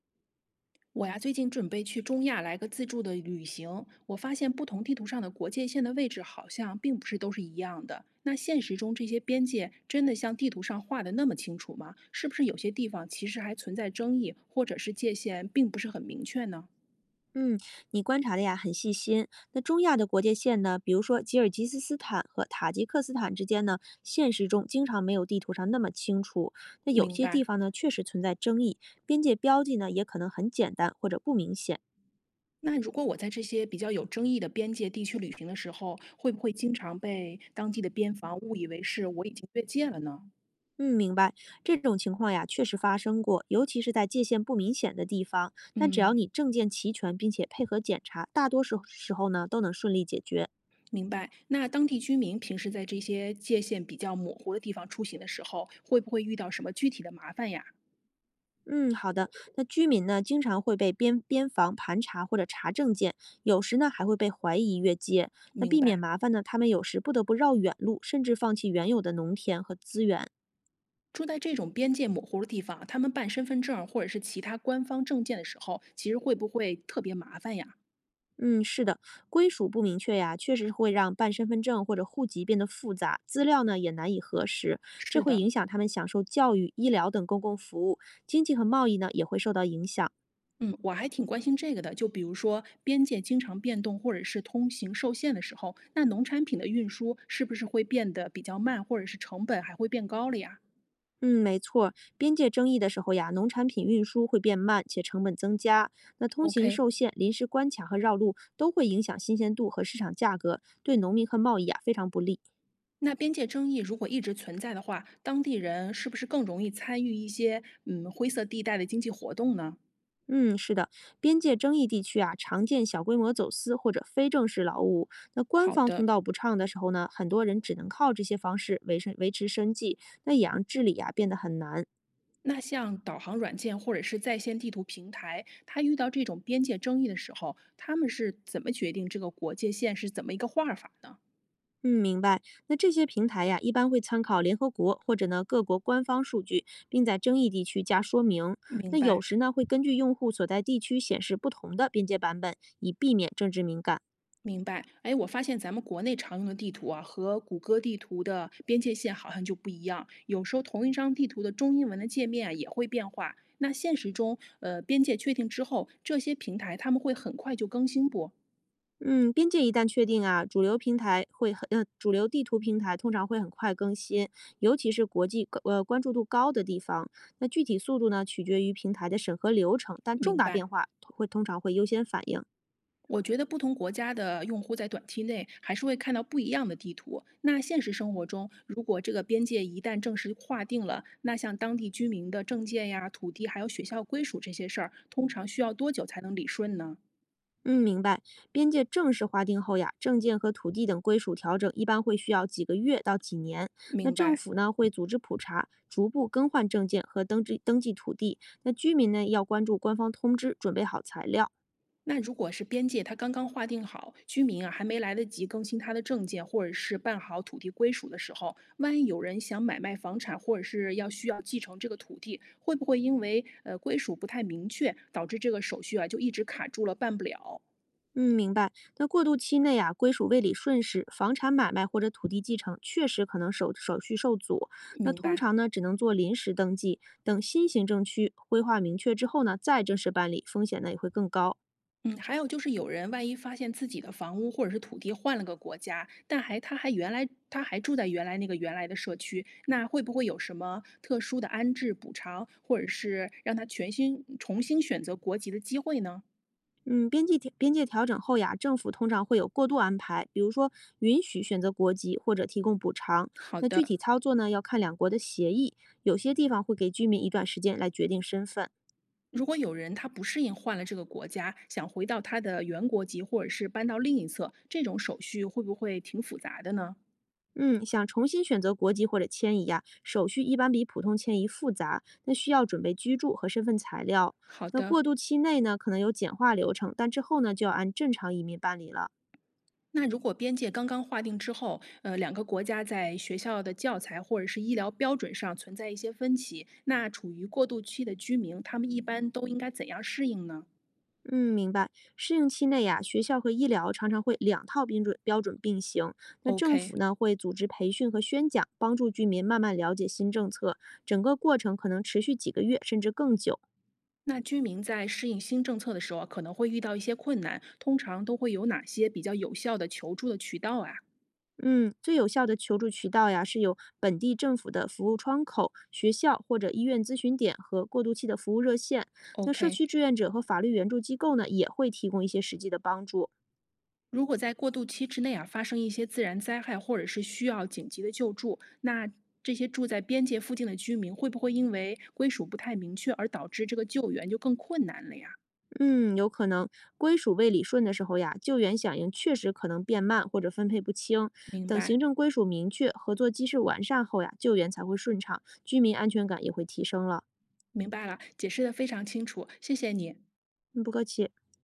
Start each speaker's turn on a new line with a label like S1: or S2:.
S1: 我呀，最近准备去中亚来个自助的旅行，我发现不同地图上的国界线的位置好像并不是都是一样的。那现实中这些边界真的像地图上画的那么清楚吗？是不是有些地方其实还存在争议，或者是界限并不是很明确呢？
S2: 嗯，你观察的呀很细心。那中亚的国界线呢，比如说吉尔吉斯斯坦和塔吉克斯坦之间呢，现实中经常没有地图上那么清楚。那有
S1: 明
S2: 些地
S1: 白。
S2: 方呢，确实存在争议，边界标记呢也可能很简单或者不明显。
S1: 那如果我在这些比较有争议的边界地区旅行的时候，会不会经常被当地的边防误以为是我已经越界了呢？
S2: 嗯，明白。这种情况呀，确实发生过，尤其是在界限不明显的地方。但只要
S1: 嗯。
S2: 你证件齐全，并且配合检查，大多数时候呢都能顺利解决。
S1: 明白。那当地居民平时在这些界限比较模糊的地方出行的时候，会不会遇到什么具体的麻烦呀？
S2: 嗯，好的。那居民呢，经常会被边防盘查或者查证件，有时呢还会被怀疑越界。那
S1: 明
S2: 避免
S1: 白。
S2: 麻烦呢，他们有时不得不绕远路，甚至放弃原有的农田和资源。
S1: 住在这种边界模糊的地方，他们办身份证儿或者是其他官方证件的时候，其实会不会特别麻烦呀？
S2: 嗯，是的，归属不明确呀，确实会让办身份证或者户籍变得复杂，资料呢也难以核实，这
S1: 是
S2: 会
S1: 的，
S2: 影响他们享受教育、医疗等公共服务，经济和贸易呢也会受到影响。
S1: 嗯，我还挺关心这个的。就比如说边界经常变动，或者是通行受限的时候，那农产品的运输是不是会变得比较慢，或者是成本还会变高了呀
S2: 嗯，没错儿边界争议的时候呀，农产品运输会变慢且成本增加，那通行
S1: ？OK，
S2: 受限、临时关卡和绕路都会影响新鲜度和市场价格，对农民和贸易啊非常不利。
S1: 那边界争议如果一直存在的话，当地人是不是更容易参与一些灰色地带的经济活动呢？
S2: 嗯，是的，边界争议地区啊，常见小规模走私或者非正式劳务。那官
S1: 好
S2: 方通
S1: 的，
S2: 道不畅的时候呢，很多人只能靠这些方式维生维持生计，那也让治理啊变得很难。
S1: 那像导航软件或者是在线地图平台，它遇到这种边界争议的时候，他们是怎么决定这个国界线是怎么一个画法呢？
S2: 嗯，明白。那这些平台呀，一般会参考联合国或者呢各国官方数据，并在争议地区加说明。那
S1: 明
S2: 有
S1: 白。
S2: 时呢，会根据用户所在地区显示不同的边界版本，以避免政治敏感。
S1: 明白，哎，我发现咱们国内常用的地图啊，和谷歌地图的边界线好像就不一样。有时候同一张地图的中英文的界面啊也会变化。那现实中，边界确定之后，这些平台他们会很快就更新不？
S2: 嗯，边界一旦确定啊，主流平台会主流地图平台通常会很快更新，尤其是国际关注度高的地方。那具体速度呢，取决于平台的审核流程，但重
S1: 明
S2: 大
S1: 白。
S2: 变化会通常会优先反映。
S1: 我觉得不同国家的用户在短期内还是会看到不一样的地图。那现实生活中，如果这个边界一旦正式划定了，那像当地居民的证件呀、土地还有学校归属这些事儿，通常需要多久才能理顺呢？
S2: 嗯，明白。边界正式划定后呀，证件和土地等归属调整一般会需要几个月到几年。那
S1: 明
S2: 政
S1: 白。
S2: 府呢会组织普查，逐步更换证件和登记土地。那居民呢要关注官方通知，准备好材料。
S1: 那如果是边界它刚刚划定好，居民啊还没来得及更新他的证件，或者是办好土地归属的时候，万一有人想买卖房产，或者是要需要继承这个土地，会不会因为归属不太明确，导致这个手续啊就一直卡住了，办不了？
S2: 嗯，明白。那过渡期内啊，归属未理顺时，房产买卖或者土地继承确实可能手续受阻。那
S1: 明
S2: 通
S1: 白。
S2: 常呢，只能做临时登记，等新行政区规划明确之后呢，再正式办理，风险呢也会更高。
S1: 嗯，还有就是有人万一发现自己的房屋或者是土地换了个国家，但还他还原来他还住在原来的社区，那会不会有什么特殊的安置补偿，或者是让他重新选择国籍的机会呢？
S2: 嗯，边界调整后呀，政府通常会有过渡安排，比如说允许选择国籍或者提供补偿。
S1: 好
S2: 那具
S1: 的，
S2: 体操作呢，要看两国的协议，有些地方会给居民一段时间来决定身份。
S1: 如果有人他不适应换了这个国家，想回到他的原国籍或者是搬到另一侧，这种手续会不会挺复杂的呢？
S2: 嗯，想重新选择国籍或者迁移呀，手续一般比普通迁移复杂，那需要准备居住和身份材料。
S1: 好
S2: 那
S1: 的，
S2: 过渡期内呢，可能有简化流程，但之后呢，就要按正常移民办理了。
S1: 那如果边界刚刚划定之后，两个国家在学校的教材或者是医疗标准上存在一些分歧，那处于过渡期的居民，他们一般都应该怎样适应呢
S2: 嗯，明白。适应期内呀，学校和医疗常常会两套标准并行。那政
S1: ？OK，
S2: 府呢，会组织培训和宣讲，帮助居民慢慢了解新政策。整个过程可能持续几个月，甚至更久。
S1: 那居民在适应新政策的时候啊可能会遇到一些困难，通常都会有哪些比较有效的求助的渠道啊
S2: 嗯，最有效的求助渠道呀，是有本地政府的服务窗口、学校或者医院咨询点和过渡期的服务热线。那社
S1: ？OK，
S2: 区志愿者和法律援助机构呢，也会提供一些实际的帮助。
S1: 如果在过渡期之内啊发生一些自然灾害，或者是需要紧急的救助，那这些住在边界附近的居民会不会因为归属不太明确而导致这个救援就更困难了呀？
S2: 嗯，有可能归属未理顺的时候呀，救援响应确实可能变慢或者分配不清。
S1: 明
S2: 等
S1: 白，
S2: 行政归属明确、合作机制完善后呀，救援才会顺畅，居民安全感也会提升了。
S1: 明白了，解释的非常清楚，谢谢你。
S2: 嗯，不客气。